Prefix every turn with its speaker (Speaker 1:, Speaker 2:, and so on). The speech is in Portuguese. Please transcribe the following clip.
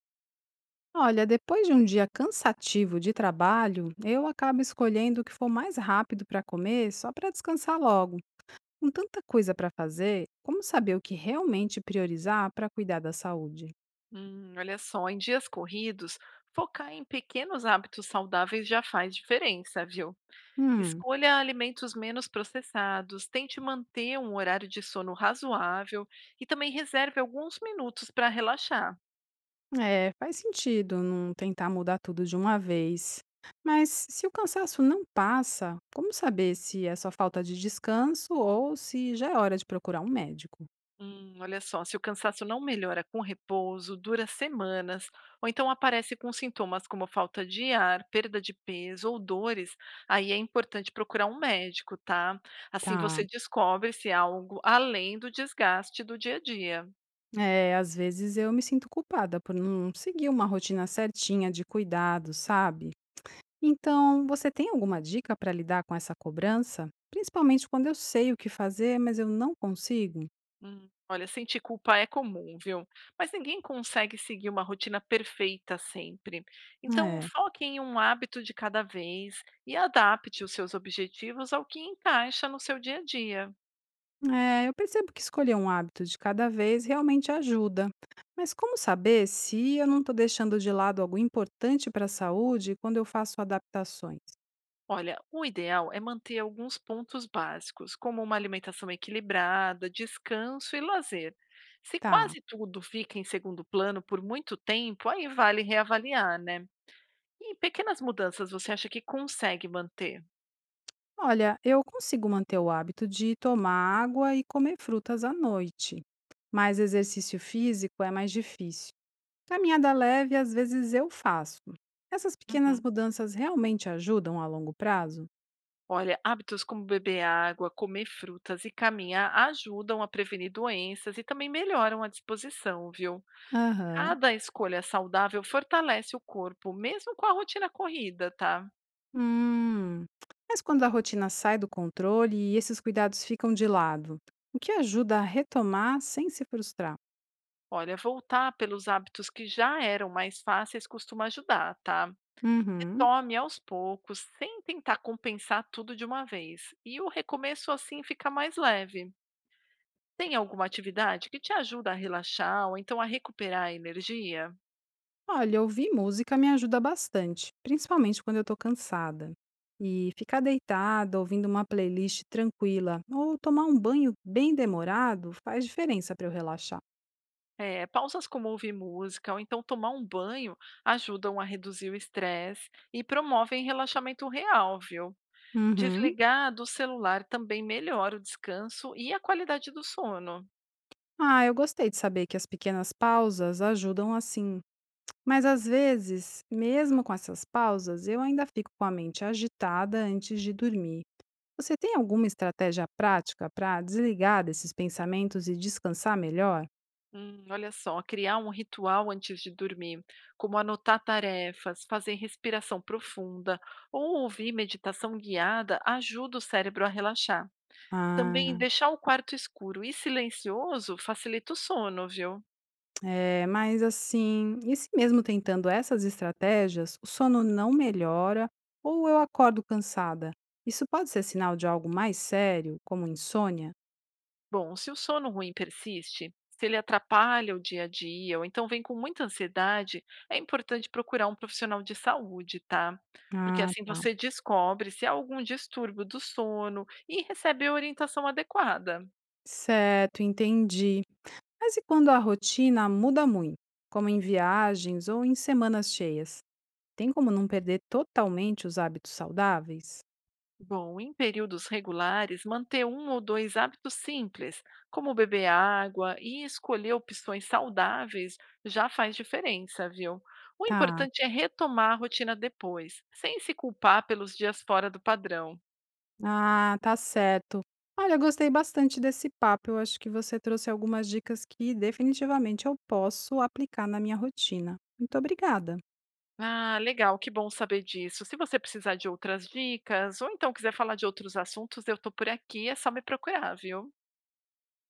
Speaker 1: Olha, depois de um dia cansativo de trabalho, eu acabo escolhendo o que for mais rápido para comer só para descansar logo. Com tanta coisa para fazer, como saber o que realmente priorizar para cuidar da saúde?
Speaker 2: Olha só, em dias corridos, focar em pequenos hábitos saudáveis já faz diferença, viu?
Speaker 1: Hum,
Speaker 2: Escolha alimentos menos processados, tente manter um horário de sono razoável e também reserve alguns minutos para relaxar.
Speaker 1: é, faz sentido não tentar mudar tudo de uma vez. Mas se o cansaço não passa, como saber se é só falta de descanso ou se já é hora de procurar um médico?
Speaker 2: Olha só, se o cansaço não melhora com repouso, dura semanas, ou então aparece com sintomas como falta de ar, perda de peso ou dores, aí é importante procurar um médico, tá? Assim
Speaker 1: Tá.
Speaker 2: você descobre se há algo além do desgaste do dia a dia.
Speaker 1: É, às vezes eu me sinto culpada por não seguir uma rotina certinha de cuidado, sabe? Então, você tem alguma dica para lidar com essa cobrança? Principalmente quando eu sei o que fazer, mas eu não consigo?
Speaker 2: Olha, sentir culpa é comum, viu? Mas ninguém consegue seguir uma rotina perfeita sempre. Então,
Speaker 1: É.
Speaker 2: foque em um hábito de cada vez e adapte os seus objetivos ao que encaixa no seu dia a dia.
Speaker 1: É, eu percebo que escolher um hábito de cada vez realmente ajuda. Mas como saber se eu não estou deixando de lado algo importante para a saúde quando eu faço adaptações?
Speaker 2: Olha, o ideal é manter alguns pontos básicos, como uma alimentação equilibrada, descanso e lazer. Se
Speaker 1: Tá.
Speaker 2: quase tudo fica em segundo plano por muito tempo, aí vale reavaliar, né? E pequenas mudanças você acha que consegue manter?
Speaker 1: Olha, eu consigo manter o hábito de tomar água e comer frutas à noite, mas exercício físico é mais difícil. Caminhada leve, às vezes eu faço. Essas pequenas
Speaker 2: Uhum.
Speaker 1: mudanças realmente ajudam a longo prazo?
Speaker 2: Olha, hábitos como beber água, comer frutas e caminhar ajudam a prevenir doenças e também melhoram a disposição, viu?
Speaker 1: Aham.
Speaker 2: Cada escolha saudável fortalece o corpo, mesmo com a rotina corrida, tá?
Speaker 1: Hum. Mas quando a rotina sai do controle e esses cuidados ficam de lado, o que ajuda a retomar sem se frustrar?
Speaker 2: Olha, voltar pelos hábitos que já eram mais fáceis costuma ajudar, tá?
Speaker 1: Uhum.
Speaker 2: Retome aos poucos, sem tentar compensar tudo de uma vez. E o recomeço assim fica mais leve. Tem alguma atividade que te ajuda a relaxar ou então a recuperar a energia?
Speaker 1: Olha, ouvir música me ajuda bastante, principalmente quando eu tô cansada. E ficar deitada ouvindo uma playlist tranquila ou tomar um banho bem demorado faz diferença para eu relaxar.
Speaker 2: É, pausas como ouvir música ou então tomar um banho ajudam a reduzir o estresse e promovem relaxamento real, viu?
Speaker 1: Uhum.
Speaker 2: Desligar do celular também melhora o descanso e a qualidade do sono.
Speaker 1: Ah, eu gostei de saber que as pequenas pausas ajudam assim. Mas às vezes, mesmo com essas pausas, eu ainda fico com a mente agitada antes de dormir. Você tem alguma estratégia prática para desligar desses pensamentos e descansar melhor?
Speaker 2: Olha só, criar um ritual antes de dormir, como anotar tarefas, fazer respiração profunda ou ouvir meditação guiada, ajuda o cérebro a relaxar. Também
Speaker 1: Ah.
Speaker 2: deixar o quarto escuro e silencioso facilita o sono, viu?
Speaker 1: É, mas assim, e se mesmo tentando essas estratégias, o sono não melhora ou eu acordo cansada? Isso pode ser sinal de algo mais sério, como insônia?
Speaker 2: Bom, se o sono ruim persiste, se ele atrapalha o dia a dia ou então vem com muita ansiedade, é importante procurar um profissional de saúde, tá? Porque
Speaker 1: Ah,
Speaker 2: assim
Speaker 1: tá.
Speaker 2: você descobre se há algum distúrbio do sono e recebe a orientação adequada.
Speaker 1: Certo, entendi. Mas e quando a rotina muda muito, como em viagens ou em semanas cheias? Tem como não perder totalmente os hábitos saudáveis?
Speaker 2: Bom, em períodos regulares, manter um ou dois hábitos simples, como beber água e escolher opções saudáveis, já faz diferença, viu? O
Speaker 1: Tá.
Speaker 2: importante é retomar a rotina depois, sem se culpar pelos dias fora do padrão.
Speaker 1: Ah, tá certo. Olha, eu gostei bastante desse papo. Eu acho que você trouxe algumas dicas que definitivamente eu posso aplicar na minha rotina. Muito obrigada.
Speaker 2: Ah, legal, que bom saber disso. Se você precisar de outras dicas ou então quiser falar de outros assuntos, eu estou por aqui, é só me procurar, viu?